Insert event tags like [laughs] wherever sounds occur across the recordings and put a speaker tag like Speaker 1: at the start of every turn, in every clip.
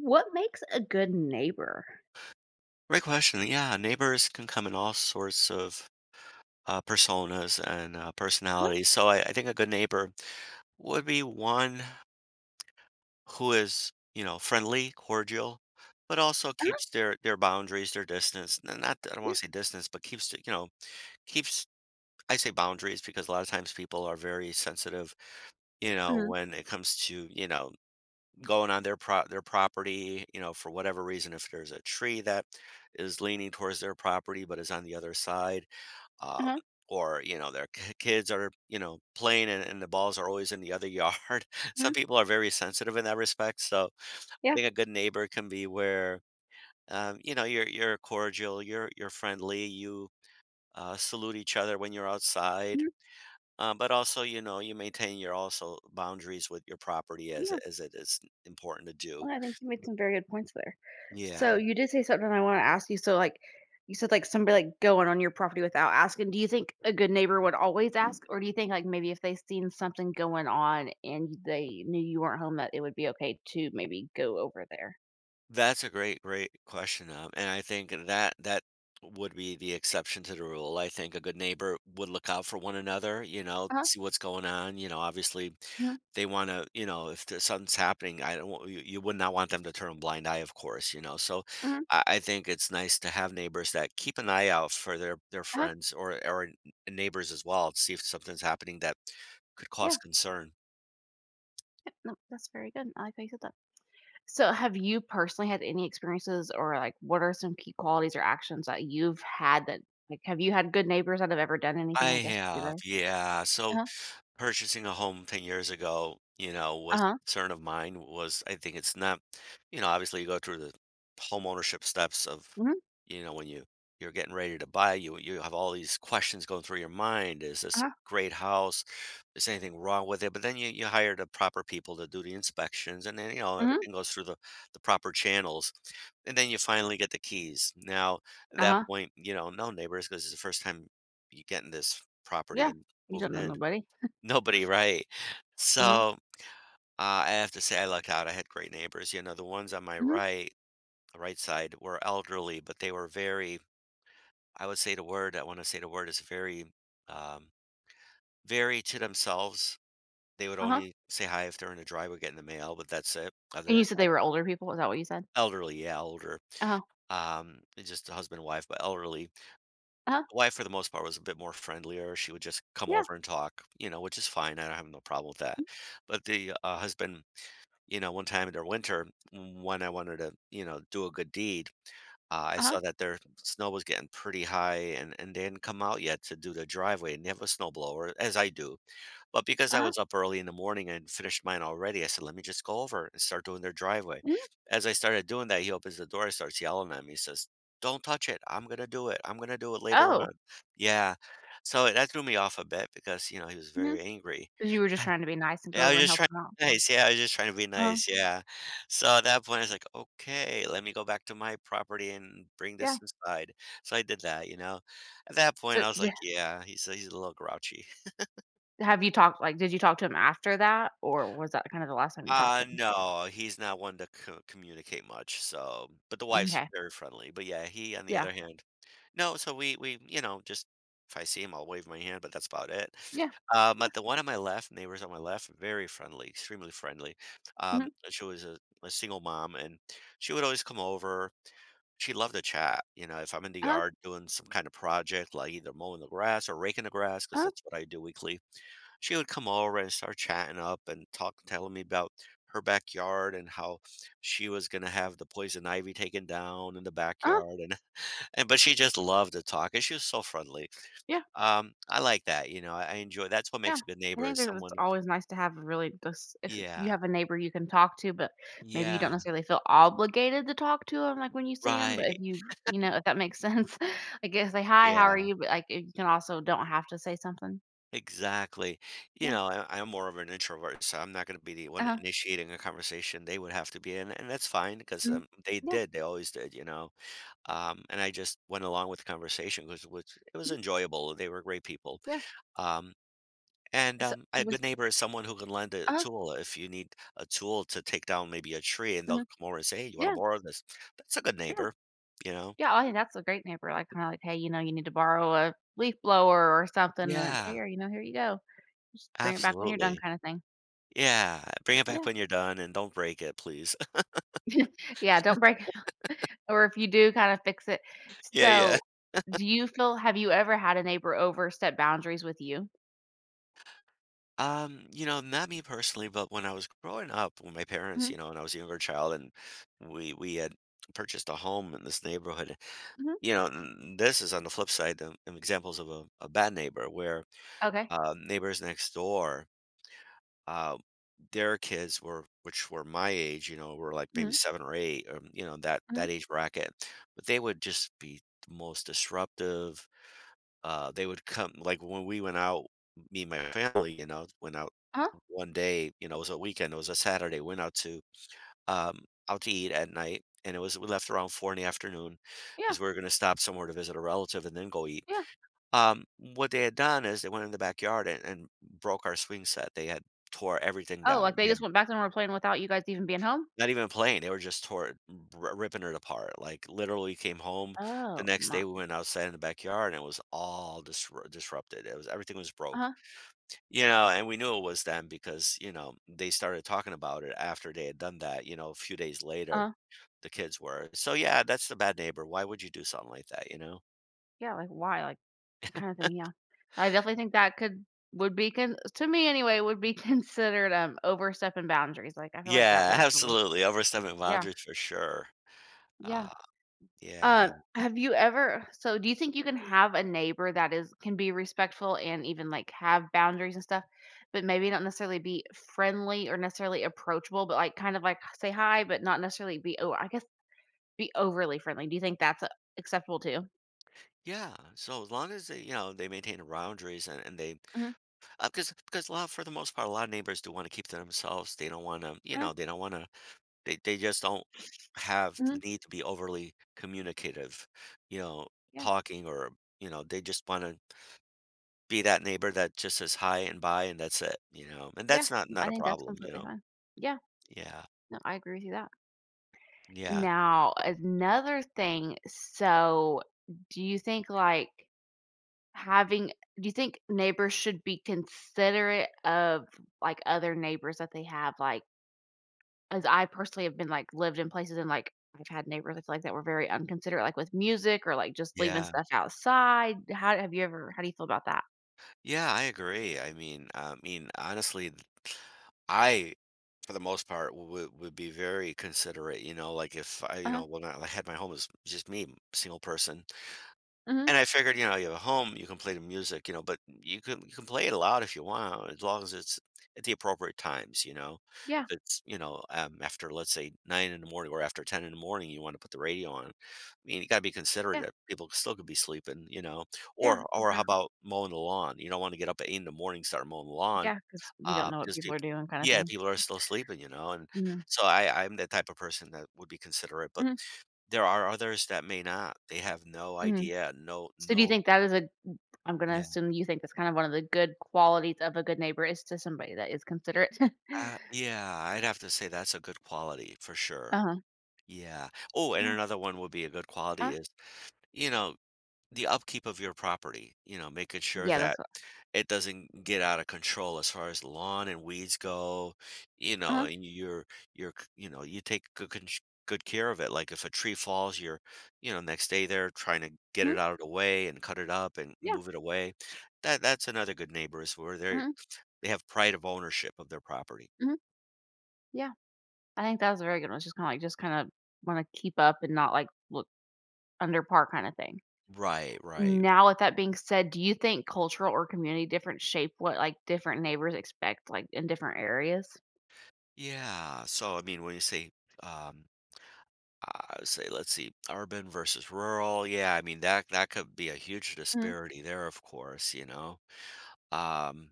Speaker 1: What makes a good neighbor?
Speaker 2: Great question. Yeah, neighbors can come in all sorts of personas and
Speaker 1: Uh-huh,
Speaker 2: personalities. So I think a good neighbor would be one who is, you know, friendly, cordial, but also
Speaker 1: uh-huh,
Speaker 2: keeps their boundaries, their distance. Not, I don't want
Speaker 1: yeah,
Speaker 2: to say distance, but keeps, the- you know, keeps. I say boundaries because a lot of times people are very sensitive,
Speaker 1: mhm,
Speaker 2: when it comes to, going on their pro their property, for whatever reason, if there's a tree that is leaning towards their property but is on the other side, um,
Speaker 1: uh-huh,
Speaker 2: or their kids are playing and the balls are always in the other yard. [laughs] Some
Speaker 1: mhm,
Speaker 2: people are very sensitive in that respect. So I
Speaker 1: yeah,
Speaker 2: think a good neighbor can be where, you're cordial, you're friendly, you salute each other when you're outside.
Speaker 1: mhm,
Speaker 2: But also, you maintain your also boundaries with your property, as
Speaker 1: yeah.
Speaker 2: it is important to do.
Speaker 1: Well, I think you made some very good points there.
Speaker 2: Yeah.
Speaker 1: So you did say something I wanna ask you, so, like, you said, like, somebody, like, going on your property without asking. Do you think a good neighbor would always ask, or do you think, like, maybe if they seen something going on and they knew you weren't home, that it would be okay to maybe go over there?
Speaker 2: That's a great, great question, and I think that that would be the exception to the rule. I think a good neighbor would look out for one another,
Speaker 1: Uh-huh,
Speaker 2: see what's going on. Obviously
Speaker 1: mhm,
Speaker 2: they want to, if there's something's happening, I don't, want- you would not want them to turn a blind eye, of course. So
Speaker 1: mhm,
Speaker 2: I think it's nice to have neighbors that keep an eye out for their
Speaker 1: uh-huh,
Speaker 2: friends or neighbors as well, to see if something's happening that could cause
Speaker 1: yeah,
Speaker 2: concern.
Speaker 1: yep, no, that's very good, I like how you said that. So, have you personally had any experiences, or like what are some key qualities or actions that you've had that, like, have you had good neighbors that have ever done
Speaker 2: I
Speaker 1: anything, I guess, would
Speaker 2: have,
Speaker 1: be
Speaker 2: yeah.
Speaker 1: the
Speaker 2: So
Speaker 1: Uh-huh.
Speaker 2: purchasing a home 10 years ago, was a
Speaker 1: Uh-huh.
Speaker 2: concern of mine. Was I think it's not, obviously you go through the home ownership steps of,
Speaker 1: Mhm.
Speaker 2: when you're getting ready to buy, you have all these questions going through your mind. Is this a
Speaker 1: Uh-huh.
Speaker 2: great house? Is anything wrong with it? But then you hire the proper people to do the inspections, and then,
Speaker 1: Mhm.
Speaker 2: everything goes through the proper channels. And then you finally get the keys. Now, at that
Speaker 1: Uh-huh.
Speaker 2: point, no neighbors, because it's the first time you get in this property
Speaker 1: Yeah.
Speaker 2: and
Speaker 1: You
Speaker 2: moving
Speaker 1: don't know
Speaker 2: in.
Speaker 1: nobody.
Speaker 2: Nobody, right.
Speaker 1: Uh-huh.
Speaker 2: So, I have to say I lucked out. I had great neighbors. You know, the ones on my
Speaker 1: Mhm.
Speaker 2: right side were elderly, but they were very— I would say the word, I wanna say the word is very, um, very to themselves. They would
Speaker 1: Uh-huh.
Speaker 2: only say hi if they're in the driveway getting the mail, but that's it. Other
Speaker 1: And you
Speaker 2: than
Speaker 1: said
Speaker 2: that.
Speaker 1: they were older people, is that what you said?
Speaker 2: Elderly, yeah, older.
Speaker 1: Uh-huh.
Speaker 2: Just a husband and wife, but elderly.
Speaker 1: Uh-huh.
Speaker 2: The wife, for the most part, was a bit more friendlier. She would just come
Speaker 1: Yeah.
Speaker 2: over and talk, you know, which is fine. I don't have no problem with that.
Speaker 1: uh
Speaker 2: But the, husband. You know, one time in the winter, when I wanted to, do a good deed, I
Speaker 1: Uh-huh.
Speaker 2: saw that their snow was getting pretty high, and they hadn't come out yet to do the driveway, and they have a snowblower, as I do. But because I
Speaker 1: Uh-huh.
Speaker 2: was up early in the morning and finished mine already, I said, "Let me just go over and start doing their driveway."
Speaker 1: Mhm.
Speaker 2: As I started doing that, he opens the door, he starts yelling at me. He says, "Don't touch it. I'm gonna do it. I'm gonna do it later
Speaker 1: Oh.
Speaker 2: on." Yeah, so that threw me off a bit because he was very
Speaker 1: Because
Speaker 2: angry.
Speaker 1: you were just
Speaker 2: [laughs]
Speaker 1: trying to be nice and go
Speaker 2: Yeah, I
Speaker 1: over
Speaker 2: was
Speaker 1: and
Speaker 2: just
Speaker 1: help
Speaker 2: trying to
Speaker 1: them out.
Speaker 2: be nice. Yeah, I was just trying to be
Speaker 1: Uh-huh.
Speaker 2: nice. Yeah. So at that point, I was like, okay, let me go back to my property and bring this
Speaker 1: Yeah.
Speaker 2: inside. So I did that. At that
Speaker 1: So,
Speaker 2: point, I was
Speaker 1: d
Speaker 2: like, yeah, he's a little grouchy.
Speaker 1: Have you talked, like, did you talk to him after that, or was that kind of the last time you talked to him?
Speaker 2: No, he's not one to communicate much. So, but the
Speaker 1: Mm.
Speaker 2: wife's
Speaker 1: Okay.
Speaker 2: very friendly. But yeah, he on the
Speaker 1: Yeah.
Speaker 2: other hand. No, so we just if I see him, I'll wave my hand, but that's about it.
Speaker 1: Yeah. Yeah.
Speaker 2: But the one on my left, neighbors on my left, very friendly, extremely friendly.
Speaker 1: Mhm.
Speaker 2: And she was a single mom, and she would always come over. She loved to chat. You know, if I'm in the
Speaker 1: Uh-huh.
Speaker 2: yard doing some kind of project, like either mowing the grass or raking the grass, because
Speaker 1: Uh-huh.
Speaker 2: that's what I do weekly, she would come over and start chatting up and talk, telling me about her backyard and how she was going to have the poison ivy taken down in the
Speaker 1: Uh-huh.
Speaker 2: backyard, and but she just loved to talk, and she was so friendly.
Speaker 1: Yeah.
Speaker 2: I like that, you know, I enjoy that's what
Speaker 1: Yeah.
Speaker 2: makes a good
Speaker 1: I
Speaker 2: neighbor,
Speaker 1: think
Speaker 2: is
Speaker 1: there's, it's
Speaker 2: someone.
Speaker 1: always nice to have a really this, if you
Speaker 2: Yeah,
Speaker 1: have a neighbor you can talk to, but maybe you don't
Speaker 2: yeah,
Speaker 1: necessarily feel obligated to talk to 'em, like, when you see 'em, but if
Speaker 2: right,
Speaker 1: you, you know, if that makes sense, [laughs] like, if say, "Hi, how are
Speaker 2: yeah,
Speaker 1: you?" But, like, you can also don't have to say something.
Speaker 2: exactly. You
Speaker 1: Yeah.
Speaker 2: know, I'm more of an introvert, so I'm not gonna be the one
Speaker 1: Uh-huh.
Speaker 2: initiating a conversation, they would have to be. And that's fine because
Speaker 1: Mhm.
Speaker 2: they
Speaker 1: Yeah.
Speaker 2: did, they always did, you know? And I just went along with the conversation 'cause which it was
Speaker 1: Mhm.
Speaker 2: enjoyable, they were great people.
Speaker 1: Yeah.
Speaker 2: Um And,
Speaker 1: So
Speaker 2: um, a good
Speaker 1: with
Speaker 2: neighbor is someone who can lend a
Speaker 1: Uh-huh.
Speaker 2: tool if you need a tool to take down maybe a tree, and they'll
Speaker 1: Mhm.
Speaker 2: come over and say, "Hey, you wanna
Speaker 1: Yeah.
Speaker 2: borrow this?" That's a good
Speaker 1: Yeah.
Speaker 2: neighbor, you know?
Speaker 1: Yeah, I think that's a great neighbor, like, kinda like, "Hey, you know, you need to borrow a leaf blower or something," and like,
Speaker 2: Yeah,
Speaker 1: "Hey, or you know, here you go." Just bring it back when you're done,
Speaker 2: absolutely.
Speaker 1: kinda thing.
Speaker 2: Yeah, bring it back
Speaker 1: Yeah.
Speaker 2: when you're done and don't break it, please. [laughs]
Speaker 1: Yeah, don't break [laughs] or if you do, kinda fix it.
Speaker 2: Yeah, yeah.
Speaker 1: So, do you feel, have you ever had a neighbor overstep boundaries with you?
Speaker 2: Not me personally, but when I was growing up, when my parents,
Speaker 1: Mhm,
Speaker 2: and I was a younger child and we had purchased a home in this neighborhood,
Speaker 1: mhm.
Speaker 2: you know, and this is on the flip side. Examples of a bad neighbor where,
Speaker 1: Okay.
Speaker 2: neighbors next door, uh, their kids were, which were my age, you know, were like maybe
Speaker 1: Mhm,
Speaker 2: 7 or 8,
Speaker 1: mhm.
Speaker 2: that age bracket. But they would just be the most disruptive. They would come like when we went out, me and my family, went out
Speaker 1: Uh-huh.
Speaker 2: one day, you know. It was a weekend, it was a Saturday. Went out to um eat at night, and it was... we left around 4 in the afternoon,
Speaker 1: Yeah,
Speaker 2: because we were going to stop somewhere to visit a relative and then go eat.
Speaker 1: yeah.
Speaker 2: What they had done is they went in the backyard and broke our swing set. They had tore everything
Speaker 1: Oh,
Speaker 2: down.
Speaker 1: like, they just went back and were playing without you guys even being home?
Speaker 2: Not even playing, they were just tore, r ripping it apart, like, literally came home. The
Speaker 1: Oh,
Speaker 2: next
Speaker 1: my.
Speaker 2: day we went outside in the backyard and it was all disrupted, it was... everything was broke,
Speaker 1: Uh-huh,
Speaker 2: you know. And we knew it was them because, you know, they started talking about it after they had done that, you know, a few days later,
Speaker 1: uh-huh.
Speaker 2: the kids were. So, yeah, that's the bad neighbor. Why would you do something like that, you know?
Speaker 1: Yeah, like, why? Like, kinda thing, yeah. I definitely think that could, would be, con to me anyway, would be [laughs] considered, overstepping boundaries, like, I feel like that
Speaker 2: Yeah, [laughs]
Speaker 1: was probably
Speaker 2: absolutely, overstepping
Speaker 1: Yeah,
Speaker 2: boundaries for sure.
Speaker 1: yeah.
Speaker 2: Uh, yeah.
Speaker 1: Have you ever, so do you think you can have a neighbor that is, can be respectful and even, like, have boundaries and stuff, but maybe not necessarily be friendly or necessarily approachable, but, like, kind of, like, say hi, but not necessarily be, oh, I guess, be overly friendly. Do you think that's, acceptable too?
Speaker 2: Yeah, so as long as they, they maintain the boundaries and they.
Speaker 1: Mhm,
Speaker 2: Because a lot... for the most part, a lot of neighbors do wanna keep to themselves. They don't wanna,
Speaker 1: uh-huh,
Speaker 2: they don't wanna, they just don't have the
Speaker 1: mhm,
Speaker 2: need to be overly communicative, you know,
Speaker 1: yeah,
Speaker 2: talking or, they just wanna be that neighbor that just says hi and bye, and that's it, you know? And
Speaker 1: yeah.
Speaker 2: that's not
Speaker 1: I
Speaker 2: a
Speaker 1: think that's
Speaker 2: problem, you
Speaker 1: completely
Speaker 2: know?
Speaker 1: fine. Yeah,
Speaker 2: Yeah.
Speaker 1: no, I agree with you that.
Speaker 2: Yeah.
Speaker 1: Now another thing, so do you think, like, Having, do you think neighbors should be considerate of, like, other neighbors that they have? Like, as I personally have been, like, lived in places and, like, I've had neighbors, I feel like, that were very unconsiderate, like, with music, or, like, just leaving
Speaker 2: Yeah.
Speaker 1: stuff outside. How, have you ever, how do you feel about that?
Speaker 2: Yeah, I agree. Honestly, I for the most part would be very considerate, like if I,
Speaker 1: Uh-huh.
Speaker 2: well, not... I had my home as just me, single person.
Speaker 1: Mhm.
Speaker 2: And I figured, you have a home, you can play the music, but you can, play it loud if you want, as long as it's at the appropriate times,
Speaker 1: Yeah.
Speaker 2: If it's, after, let's say, 9 in the morning or after 10 in the morning you want to put the radio on, I mean, you got to be considerate
Speaker 1: Yeah.
Speaker 2: that people still could be sleeping, you know.
Speaker 1: Yeah.
Speaker 2: Or how
Speaker 1: Exactly.
Speaker 2: about mowing the lawn? You don't want to get up at 8 in the morning, start mowing the lawn.
Speaker 1: Yeah, because you don't know what
Speaker 2: Because
Speaker 1: people
Speaker 2: people,
Speaker 1: are doing, kinda
Speaker 2: yeah,
Speaker 1: thing.
Speaker 2: people are still sleeping, you know, and
Speaker 1: Mhm.
Speaker 2: so I'm the type of person that would be considerate, but
Speaker 1: Mhm.
Speaker 2: there are others that may not. They have no
Speaker 1: Mhm.
Speaker 2: idea. No,
Speaker 1: So do you
Speaker 2: no.
Speaker 1: think that is a, I'm gonna
Speaker 2: Yeah.
Speaker 1: assume you think that's kind of one of the good qualities of a good neighbor is to somebody that is considerate? [laughs]
Speaker 2: Yeah, I'd have to say that's a good quality for sure.
Speaker 1: Uh-huh.
Speaker 2: Yeah. Oh, and
Speaker 1: Yeah.
Speaker 2: another one would be a good quality
Speaker 1: Uh
Speaker 2: is, you know, the upkeep of your property, you know, making sure
Speaker 1: Yeah,
Speaker 2: that
Speaker 1: that's what
Speaker 2: it doesn't get out of control as far as lawn and weeds go, you know,
Speaker 1: Uh-huh,
Speaker 2: and you're c- you know, you take good good care of it. Like if a tree falls, you're, you know, next day there trying to get
Speaker 1: mhm,
Speaker 2: it out of the way and cut it up and
Speaker 1: yeah,
Speaker 2: move it away. That's another good neighbor is where they
Speaker 1: mhm,
Speaker 2: they have pride of ownership of their property.
Speaker 1: mhm, yeah. I think that was a very good one, it's just kinda like, just kinda wanna keep up and not, like, look under par, kinda thing.
Speaker 2: Right, right.
Speaker 1: Now with that being said, do you think cultural or community difference shape what, like, different neighbors expect, like, in different areas?
Speaker 2: Yeah. So I mean, when you say um I would say, let's see, urban versus rural. Yeah, I mean that could be a huge
Speaker 1: Mhm,
Speaker 2: disparity there, of course, you know. Um,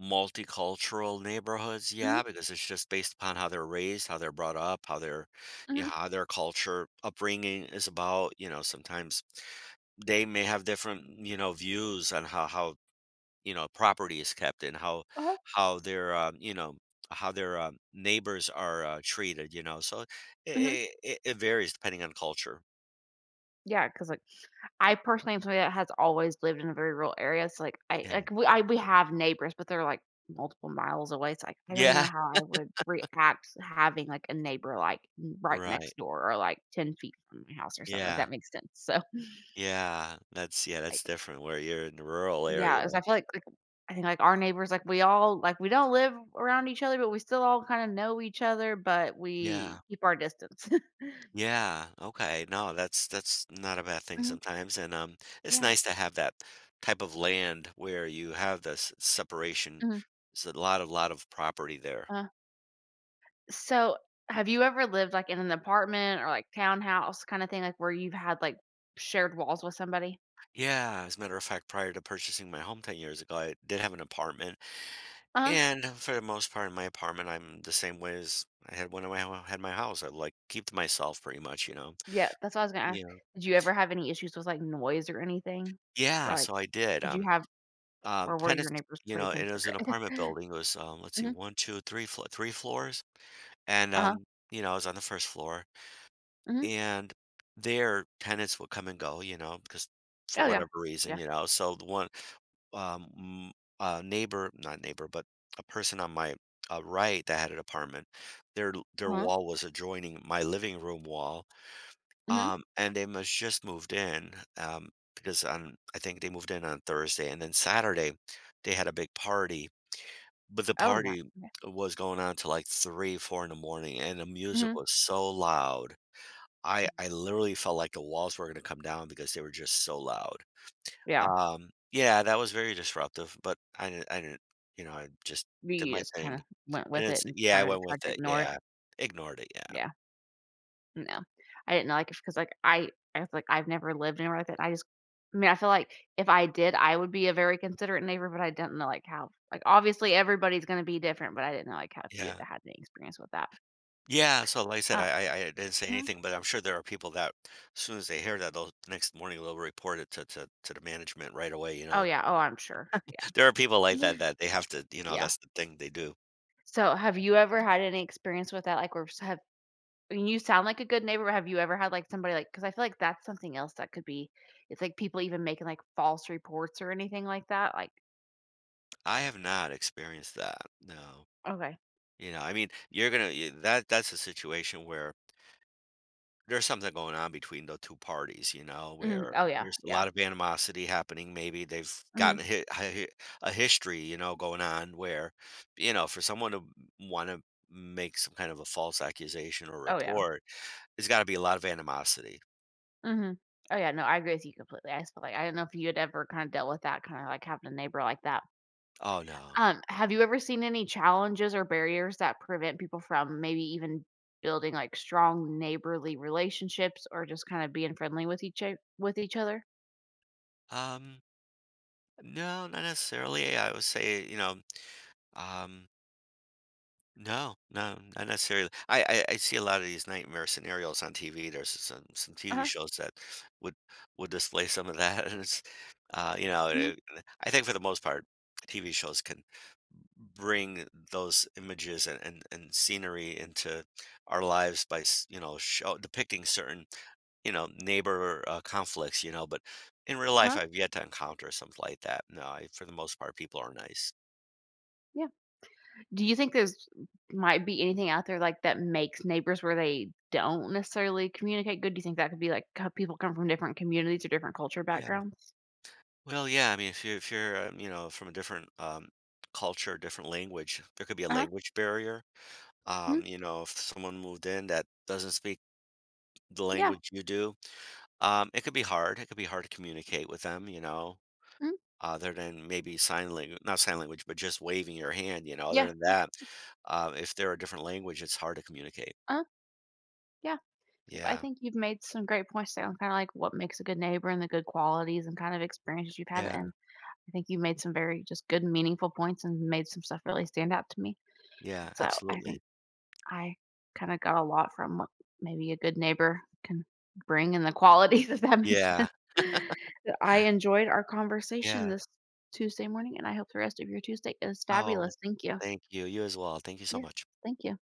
Speaker 2: multicultural neighborhoods,
Speaker 1: mhm,
Speaker 2: yeah, because it's just based upon how they're raised, how they're brought up,
Speaker 1: mhm,
Speaker 2: how their culture upbringing is about, you know, sometimes they may have different, you know, views on you know, property is kept and
Speaker 1: uh-huh,
Speaker 2: how their how their neighbors are treated, you know. So
Speaker 1: mhm.
Speaker 2: it varies depending on culture.
Speaker 1: Yeah, because like, I personally am somebody that has always lived in a very rural area, so, like, I, like, we have neighbors, but they're, like, multiple miles away, so, like, I don't even
Speaker 2: Yeah,
Speaker 1: know how I would react having, like, a neighbor, like, n right
Speaker 2: right.
Speaker 1: next door, or, like, 10 feet from my house or something, if
Speaker 2: Yeah,
Speaker 1: that makes sense, [laughs] so,
Speaker 2: yeah,
Speaker 1: like,
Speaker 2: that's different where you're in the rural area.
Speaker 1: yeah, 'cause I feel like, I think, like, our neighbors, like, we all, like, we don't live around each other, but we still all kinda know each other, but
Speaker 2: Yeah,
Speaker 1: we keep our distance. [laughs]
Speaker 2: yeah, okay, no, that's not a bad thing
Speaker 1: Mhm,
Speaker 2: sometimes, and, it's
Speaker 1: yeah,
Speaker 2: nice to have that type of land where you have this separation.
Speaker 1: hmm.
Speaker 2: There's a lot of property there.
Speaker 1: So, have you ever lived, like, in an apartment, or, like, townhouse kinda thing, like, where you've had, like, shared walls with somebody?
Speaker 2: Yeah, as a matter of fact, prior to purchasing my home 10 years ago, I did have an apartment,
Speaker 1: Uh-huh.
Speaker 2: and for the most part in my apartment, I'm the same way as I had when I had my house. I, like, keep to myself pretty much, you know?
Speaker 1: Yeah, that's what I was gonna ask. Did you ever have any issues with, like, noise or anything? Or,
Speaker 2: Yeah,
Speaker 1: like,
Speaker 2: so I did,
Speaker 1: did you have, or were
Speaker 2: tennis
Speaker 1: your neighbors
Speaker 2: you
Speaker 1: pretty
Speaker 2: know, it was an
Speaker 1: considerate?
Speaker 2: apartment
Speaker 1: [laughs]
Speaker 2: building, it was, let's see,
Speaker 1: Mhm.
Speaker 2: 1, two, three, flo 3 floors, and,
Speaker 1: Uh-huh.
Speaker 2: you know, I was on the 1st floor,
Speaker 1: Mhm.
Speaker 2: and their tenants would come and go, you know, because for
Speaker 1: Oh, yeah.
Speaker 2: whatever reason,
Speaker 1: Yeah.
Speaker 2: you know, so the one, m neighbor not neighbor, but a person on my, right that had an apartment, their
Speaker 1: Uh-huh.
Speaker 2: wall was adjoining my living room wall.
Speaker 1: Mhm.
Speaker 2: And they must just moved in, because on I think they moved in on Thursday, and then Saturday they had a big party, but the
Speaker 1: Oh, my.
Speaker 2: party
Speaker 1: Yeah.
Speaker 2: was going on till like 3, 4 in the morning, and the music
Speaker 1: Mhm.
Speaker 2: was so loud. I literally felt like the walls were gonna come down because they were just so loud.
Speaker 1: Yeah.
Speaker 2: Yeah, that was very disruptive, but I didn't, you know, I just did
Speaker 1: You
Speaker 2: my
Speaker 1: just
Speaker 2: thing.
Speaker 1: kinda went
Speaker 2: And
Speaker 1: with
Speaker 2: it's
Speaker 1: it and just
Speaker 2: yeah, I
Speaker 1: kinda
Speaker 2: went
Speaker 1: tried
Speaker 2: with
Speaker 1: to
Speaker 2: it,
Speaker 1: ignore it.
Speaker 2: yeah. Ignored it, yeah.
Speaker 1: Yeah. No, I didn't like it because, like, I was like, I've never lived anywhere like that. I just, I mean, I feel like if I did, I would be a very considerate neighbor, but I didn't know, like, how, like, obviously, everybody's gonna be different, but I didn't know, like, how, if you
Speaker 2: Yeah.
Speaker 1: had had any experience with that.
Speaker 2: Yeah, so like I said,
Speaker 1: Uh,
Speaker 2: I didn't say
Speaker 1: mhm.
Speaker 2: anything, but I'm sure there are people that, as soon as they hear that, they'll next morning they'll report it to the management right away. You
Speaker 1: Oh,
Speaker 2: know,
Speaker 1: yeah. Oh, I'm sure.
Speaker 2: there are people like
Speaker 1: Yeah.
Speaker 2: that that they have to. You know,
Speaker 1: Yeah.
Speaker 2: that's the thing they do.
Speaker 1: So, have you ever had any experience with that? Like, where s have, I mean, you sound like a good neighbor, but have you ever had, like, somebody, like? Because I feel like that's something else that could be, it's, like, people even making, like, false reports or anything like that, like
Speaker 2: I have not experienced that. No,
Speaker 1: Okay.
Speaker 2: you know, I mean, you're gonna that that's a situation where there's something going on between the 2 parties, you know,
Speaker 1: Mhm.
Speaker 2: where
Speaker 1: Oh, yeah.
Speaker 2: there's a
Speaker 1: Yeah.
Speaker 2: lot of animosity happening, maybe they've gotten
Speaker 1: Mhm.
Speaker 2: a hi hi hi a history, you know, going on where, you know, for someone to wanna make some kind of a false accusation or
Speaker 1: Oh, yeah.
Speaker 2: report, there's gotta be a lot of animosity.
Speaker 1: Mhm. Oh, yeah, no, I agree with you completely. I just feel like, I don't know if you had ever kinda dealt with that, kinda like having a neighbor like that.
Speaker 2: "Oh, no."
Speaker 1: Have you ever seen any challenges or barriers that prevent people from maybe even building, like, strong neighborly relationships, or just kinda being friendly with each o with each other?
Speaker 2: "Um, no, not necessarily. I would say, you know, um" No, no, not necessarily. I see a lot of these nightmare scenarios on TV. There's some TV
Speaker 1: Uh-huh,
Speaker 2: shows that would would display some of that, [laughs] and it's uh, you know,
Speaker 1: mhm,
Speaker 2: it, I think for the most part, TV shows can bring those images and scenery into our lives by you know show, depicting certain you know neighbor conflicts. You know, but in real life,
Speaker 1: uh-huh,
Speaker 2: I've yet to encounter something like that. No, I, for the most part, people are nice.
Speaker 1: yeah. Do you think there's, might be anything out there, like, that makes neighbors where they don't necessarily communicate good? Do you think that could be, like, how people come from different communities or different culture
Speaker 2: Yeah.
Speaker 1: backgrounds?
Speaker 2: Well, yeah. I mean, if you're you know from a different culture, different language, there could be a
Speaker 1: Uh-huh,
Speaker 2: language barrier.
Speaker 1: mhm,
Speaker 2: You know, if someone moved in that doesn't speak the
Speaker 1: yeah,
Speaker 2: language you do, it could be hard. It could be hard to communicate with them. You know,
Speaker 1: mhm,
Speaker 2: other than maybe sign language, not sign language, but just waving your hand. You know,
Speaker 1: yeah,
Speaker 2: other than
Speaker 1: yeah,
Speaker 2: that, if they're a different language, it's hard to communicate.
Speaker 1: uh-huh. Yeah, I
Speaker 2: Yeah,
Speaker 1: think you've made some great points there on kind of, like, what makes a good neighbor and the good qualities and kind of experiences you've had.
Speaker 2: yeah,
Speaker 1: And I think you made some very just good, meaningful points, and made some stuff really stand out to me.
Speaker 2: yeah.
Speaker 1: So I think
Speaker 2: Absolutely.
Speaker 1: I kind of got a lot from what maybe a good neighbor can bring, and the qualities, [laughs] if that makes
Speaker 2: Yeah,
Speaker 1: sense. But I enjoyed our conversation
Speaker 2: yeah.
Speaker 1: this Tuesday morning, and I hope the rest of your Tuesday is
Speaker 2: Oh,
Speaker 1: fabulous. Thank you.
Speaker 2: thank you. You as well. Thank you so
Speaker 1: Yeah,
Speaker 2: much.
Speaker 1: thank you.